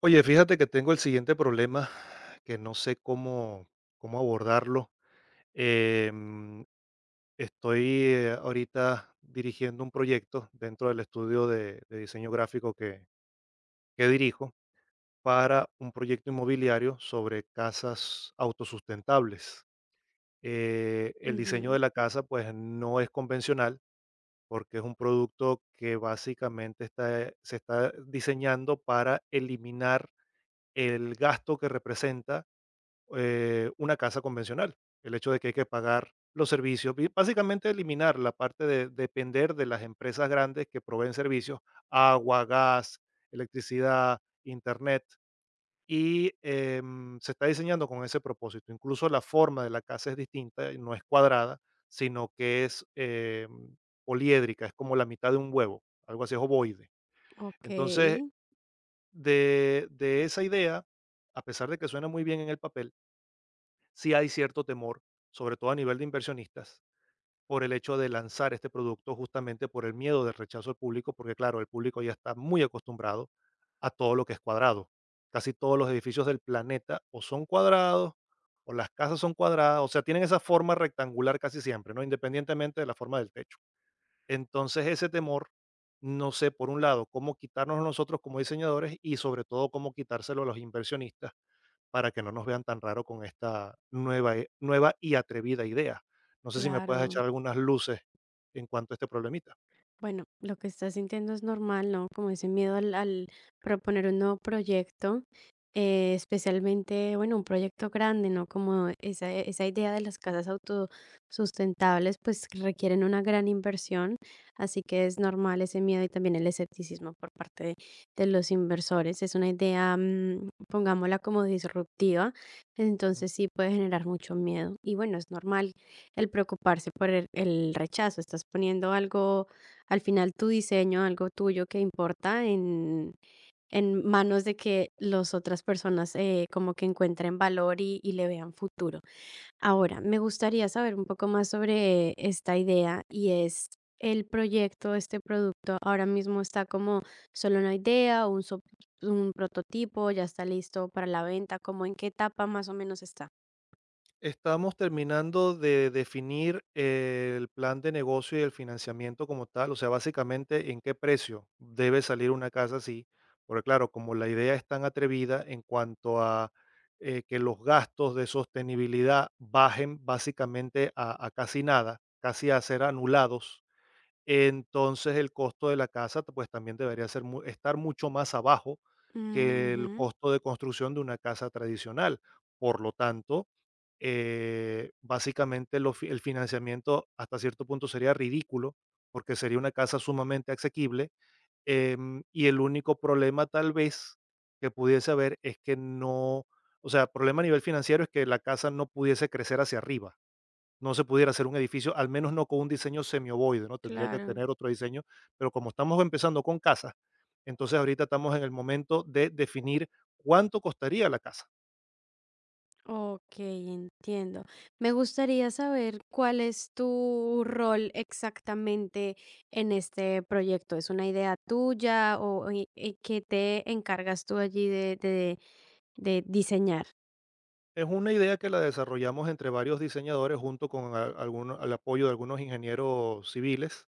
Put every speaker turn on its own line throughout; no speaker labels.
Oye, fíjate que tengo el siguiente problema que no sé cómo abordarlo. Em, Estoy ahorita dirigiendo un proyecto dentro del estudio de diseño gráfico que dirijo para un proyecto inmobiliario sobre casas autosustentables. El diseño de
Ujú,
la casa pues no es convencional porque es un producto que básicamente se está diseñando para eliminar el gasto que representa una casa convencional. El hecho de que hay que pagar los servicios, básicamente eliminar la parte de depender de las empresas grandes que proveen servicios, agua, gas, electricidad, internet, y se está diseñando con ese propósito. Incluso la forma de la casa es distinta, no es cuadrada, sino que es poliédrica, es como la mitad de un huevo, algo así, es ovoide. Entonces,
okey,
de esa idea, a pesar de que suena muy bien en el papel, sí hay cierto temor, sobre todo a nivel de inversionistas, por el hecho de lanzar este producto justamente por el miedo del rechazo del público, porque claro, el público ya está muy acostumbrado a todo lo que es cuadrado. Casi todos los edificios del planeta o son cuadrados, o las casas son cuadradas, o sea, tienen esa forma rectangular casi siempre, ¿no? Independientemente de la forma del techo. Entonces, ese temor, no sé, por un lado, cómo quitarnos nosotros como diseñadores y sobre todo cómo quitárselo a los inversionistas para que no nos vean tan raro con esta nueva, nueva y atrevida idea. No sé si me puedes
claro.
echar algunas luces en cuanto a este problemita.
Bueno, lo que estás sintiendo es normal, ¿no? Como ese miedo al proponer un nuevo proyecto, especialmente, bueno, un proyecto grande, ¿no? Como esa idea de las casas autosustentables, pues requieren una gran inversión, así que es normal ese miedo y también el escepticismo por parte de los inversores. Es una idea, mm, pongámosla como disruptiva,
Mm.
entonces sí puede generar mucho miedo. Y bueno, es normal el preocuparse por el rechazo, estás poniendo algo al final tu diseño, algo tuyo que importa en manos de que las otras personas como que encuentren valor y le vean futuro. Ahora, me gustaría saber un poco más sobre esta idea y es el proyecto, este producto ahora mismo está como solo una idea, un prototipo, ya está listo para la venta, como en qué etapa más o menos está.
Estamos terminando de definir el plan de negocio y el financiamiento como tal, o sea, básicamente en qué precio debe salir una casa así, porque claro, como la idea es tan atrevida en cuanto a que los gastos de sostenibilidad bajen básicamente a casi nada, casi a ser anulados entonces el costo de la casa, pues también debería ser estar mucho más abajo que el
Ujú,
costo de construcción de una casa tradicional. Por lo tanto, básicamente el financiamiento hasta cierto punto sería ridículo porque sería una casa sumamente asequible y el único problema tal vez que pudiese haber es que no, o sea, problema a nivel financiero es que la casa no pudiese crecer hacia arriba, no se pudiera hacer un edificio, al menos no con un diseño semiovoide, ¿no? Tendría que
claro.
tener otro diseño, pero como estamos empezando con casas, entonces ahorita estamos en el momento de definir cuánto costaría la casa.
Ok, entiendo. Me gustaría saber cuál es tu rol exactamente en este proyecto. ¿Es una idea tuya o y qué te encargas tú allí de diseñar?
Es una idea que la desarrollamos entre varios diseñadores junto con al apoyo de algunos ingenieros civiles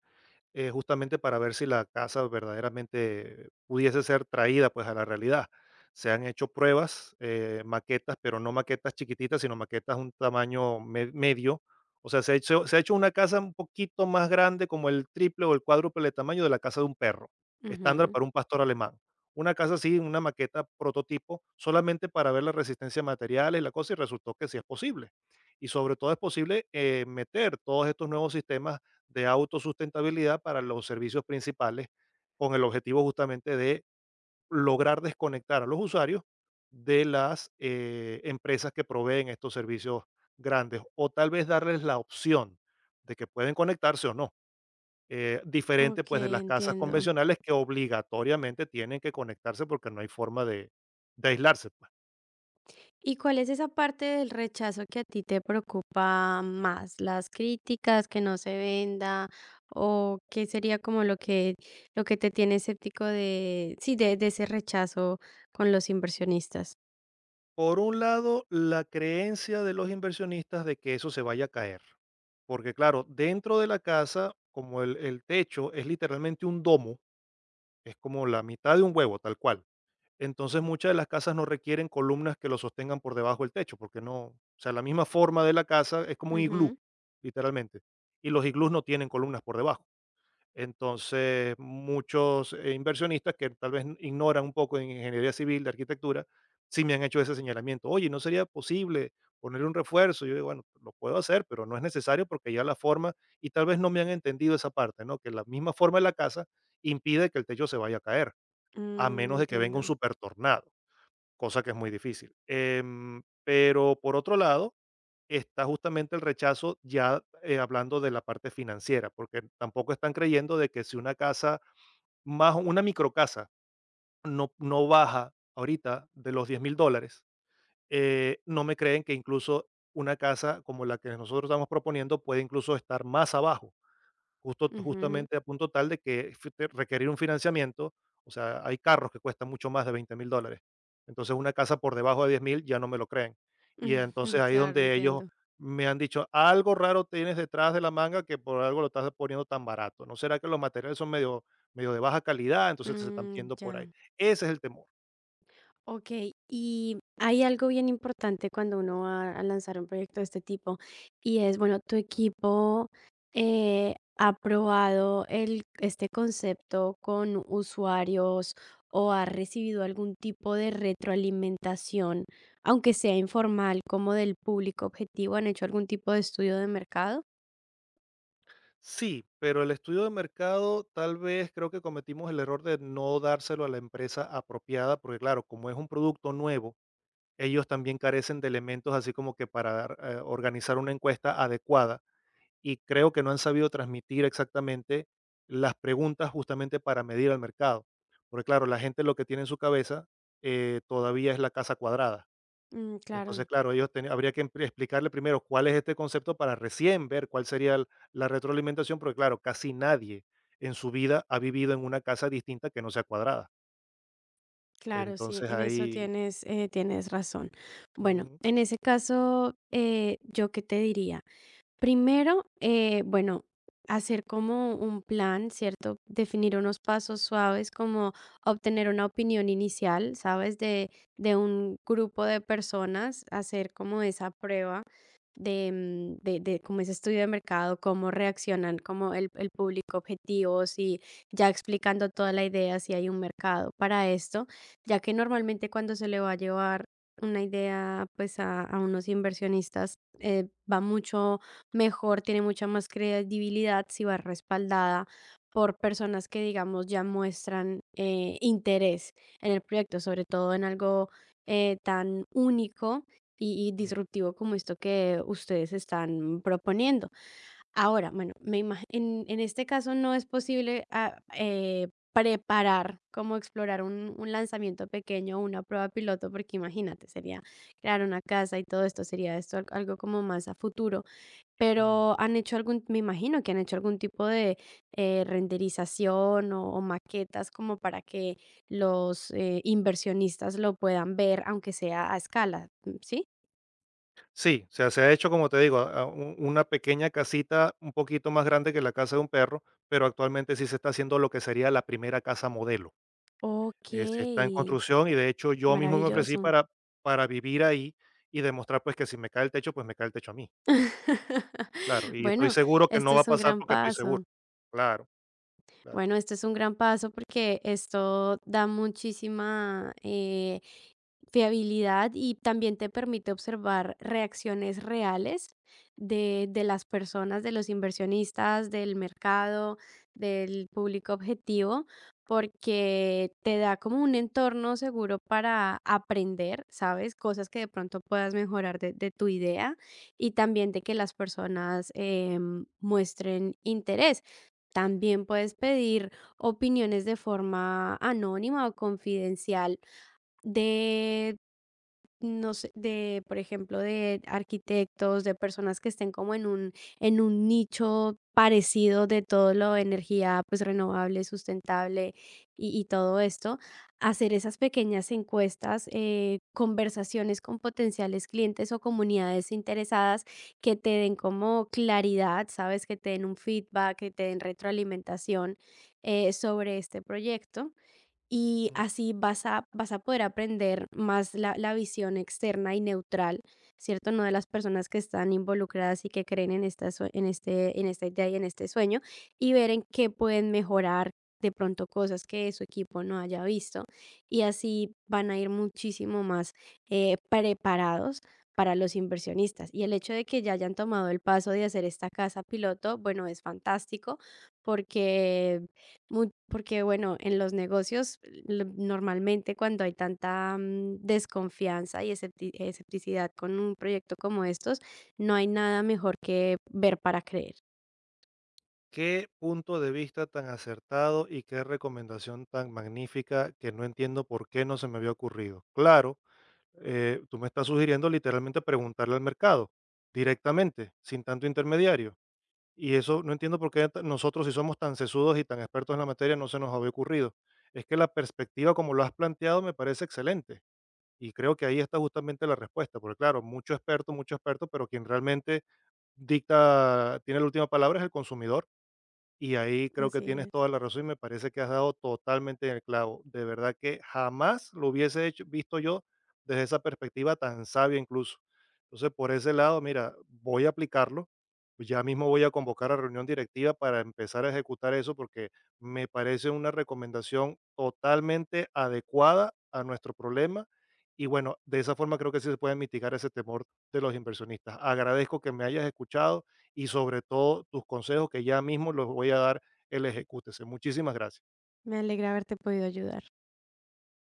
justamente para ver si la casa verdaderamente pudiese ser traída pues a la realidad. Se han hecho pruebas, maquetas, pero no maquetas chiquititas, sino maquetas un tamaño medio. O sea, se ha hecho una casa un poquito más grande, como el triple o el cuádruple de tamaño de la casa de un perro, estándar
Ujú.
para un pastor alemán. Una casa así, una maqueta prototipo, solamente para ver la resistencia a materiales y la cosa, y resultó que sí es posible. Y sobre todo es posible meter todos estos nuevos sistemas de autosustentabilidad para los servicios principales con el objetivo justamente de lograr desconectar a los usuarios de las empresas que proveen estos servicios grandes o tal vez darles la opción de que pueden conectarse o no. Eh, diferente
Ok,
pues de las casas
entiendo.
convencionales que obligatoriamente tienen que conectarse porque no hay forma de aislarse pues.
¿Y cuál es esa parte del rechazo que a ti te preocupa más? ¿Las críticas, que no se venda? ¿O qué sería como lo que te tiene escéptico de, de ese rechazo con los inversionistas?
Por un lado, la creencia de los inversionistas de que eso se vaya a caer, porque claro, dentro de la casa, como el techo es literalmente un domo, es como la mitad de un huevo, tal cual. Entonces muchas de las casas no requieren columnas que lo sostengan por debajo del techo, porque no, o sea, la misma forma de la casa es como un iglú,
Ujú.
literalmente. Y los iglús no tienen columnas por debajo. Entonces, muchos inversionistas que tal vez ignoran un poco en ingeniería civil, de arquitectura, sí me han hecho ese señalamiento. Oye, ¿no sería posible poner un refuerzo? Yo digo, bueno, lo puedo hacer, pero no es necesario porque ya la forma, y tal vez no me han entendido esa parte, ¿no? Que la misma forma de la casa impide que el techo se vaya a caer, a
Mm,
menos de que venga un
entiendo.
super tornado, cosa que es muy difícil. Em, pero por otro lado, está justamente el rechazo ya hablando de la parte financiera, porque tampoco están creyendo de que si una casa, más una microcasa, no baja ahorita de los $10,000, no me creen que incluso una casa como la que nosotros estamos proponiendo puede incluso estar más abajo
Ujú.
justamente a punto tal de que requerir un financiamiento, o sea, hay carros que cuestan mucho más de $20,000. Entonces una casa por debajo de 10,000 ya no me lo creen. Y entonces ahí es
Claro,
donde ellos
entiendo.
me han dicho, algo raro tienes detrás de la manga que por algo lo estás poniendo tan barato. ¿No será que los materiales son medio de baja calidad? Entonces se están
Mm,
yendo por ahí.
ya.
Ese es el temor.
Ok, y hay algo bien importante cuando uno va a lanzar un proyecto de este tipo y es, bueno, tu equipo ha probado este concepto con usuarios o ha recibido algún tipo de retroalimentación, aunque sea informal, como del público objetivo, ¿han hecho algún tipo de estudio de mercado?
Sí, pero el estudio de mercado tal vez creo que cometimos el error de no dárselo a la empresa apropiada, porque claro, como es un producto nuevo, ellos también carecen de elementos así como que para dar, organizar una encuesta adecuada y creo que no han sabido transmitir exactamente las preguntas justamente para medir al mercado. Porque claro, la gente lo que tiene en su cabeza todavía es la casa cuadrada.
Mm,
Entonces,
claro.
claro, habría que explicarle primero cuál es este concepto para recién ver cuál sería la retroalimentación, porque claro, casi nadie en su vida ha vivido en una casa distinta que no sea cuadrada.
Claro, sí,
Entonces
en eso
ahí...
tienes, tienes razón. Bueno,
Ujú,
en ese caso, ¿yo qué te diría? Primero, bueno, hacer como un plan, ¿cierto? Definir unos pasos suaves, como obtener una opinión inicial, ¿sabes? De un grupo de personas, hacer como esa prueba de, de como ese estudio de mercado, cómo reaccionan, como el público objetivo, si ya explicando toda la idea, si hay un mercado para esto ya que normalmente cuando se le va a llevar una idea pues a unos inversionistas va mucho mejor, tiene mucha más credibilidad si va respaldada por personas que digamos ya muestran interés en el proyecto, sobre todo en algo tan único y disruptivo como esto que ustedes están proponiendo. Ahora, bueno, me ima en este caso no es posible, preparar, como explorar un lanzamiento pequeño, o una prueba piloto, porque imagínate, sería crear una casa y todo esto, sería esto al algo como más a futuro,
ujú.
pero, ¿han hecho algún? Me imagino que han hecho algún tipo de, renderización o maquetas como para que los inversionistas lo puedan ver, aunque sea a escala, ¿sí?
Sí, o sea, se ha hecho, como te digo, una pequeña casita un poquito más grande que la casa de un perro, pero actualmente sí se está haciendo lo que sería la primera casa modelo. Se está en
Okey,
construcción y de hecho yo mismo me ofrecí
maravilloso.
para vivir ahí y demostrar pues que si me cae el techo, pues me cae el techo a mí, claro. Y estoy
Bueno,
seguro que no
esto
va a
es un
pasar
gran
porque estoy seguro,
paso.
claro, claro.
Bueno, esto es un gran paso porque esto da muchísima fiabilidad y también te permite observar reacciones reales de las personas, de los inversionistas, del mercado, del público objetivo, porque te da como un entorno seguro para aprender, ¿sabes? Cosas que de pronto puedas mejorar de tu idea y también de que las personas muestren interés. También puedes pedir opiniones de forma anónima o confidencial de no sé, de, por ejemplo, de arquitectos, de personas que estén como en en un nicho parecido de todo lo de energía pues renovable, sustentable y todo esto, hacer esas pequeñas encuestas, conversaciones con potenciales clientes o comunidades interesadas que te den como claridad, sabes, que te den un feedback, que te den retroalimentación sobre este proyecto y
Mm.
así vas a poder aprender más la visión externa y neutral, ¿cierto? No de las personas que están involucradas y que creen en en en esta idea y en este sueño y ver en qué pueden mejorar de pronto cosas que su equipo no haya visto y así van a ir muchísimo más preparados para los inversionistas. Y el hecho de que ya hayan tomado el paso de hacer esta casa piloto, bueno, es fantástico porque Mu porque, bueno, en los negocios, l normalmente cuando hay tanta, mm, desconfianza y escepticidad con un proyecto como estos, no hay nada mejor que ver para creer.
Qué punto de vista tan acertado y qué recomendación tan magnífica que no entiendo por qué no se me había ocurrido. Claro, eh, tú me estás sugiriendo literalmente preguntarle al mercado directamente, sin tanto intermediario. Y eso no entiendo por qué nosotros, si somos tan sesudos y tan expertos en la materia, no se nos había ocurrido. Es que la perspectiva, como lo has planteado, me parece excelente. Y creo que ahí está justamente la respuesta, porque claro, mucho experto, pero quien realmente dicta, tiene la última palabra es el consumidor. Y ahí creo que
Así
tienes toda
es.
la razón y me parece que has dado totalmente en el clavo. De verdad que jamás lo hubiese visto yo desde esa perspectiva tan sabia incluso. Entonces, por ese lado, mira, voy a aplicarlo pues. Ya mismo voy a convocar a reunión directiva para empezar a ejecutar eso porque me parece una recomendación totalmente adecuada a nuestro problema. Y bueno, de esa forma creo que sí se puede mitigar ese temor de los inversionistas. Agradezco que me hayas escuchado y sobre todo tus consejos que ya mismo los voy a dar el ejecútese. Muchísimas gracias.
Me alegra haberte podido ayudar.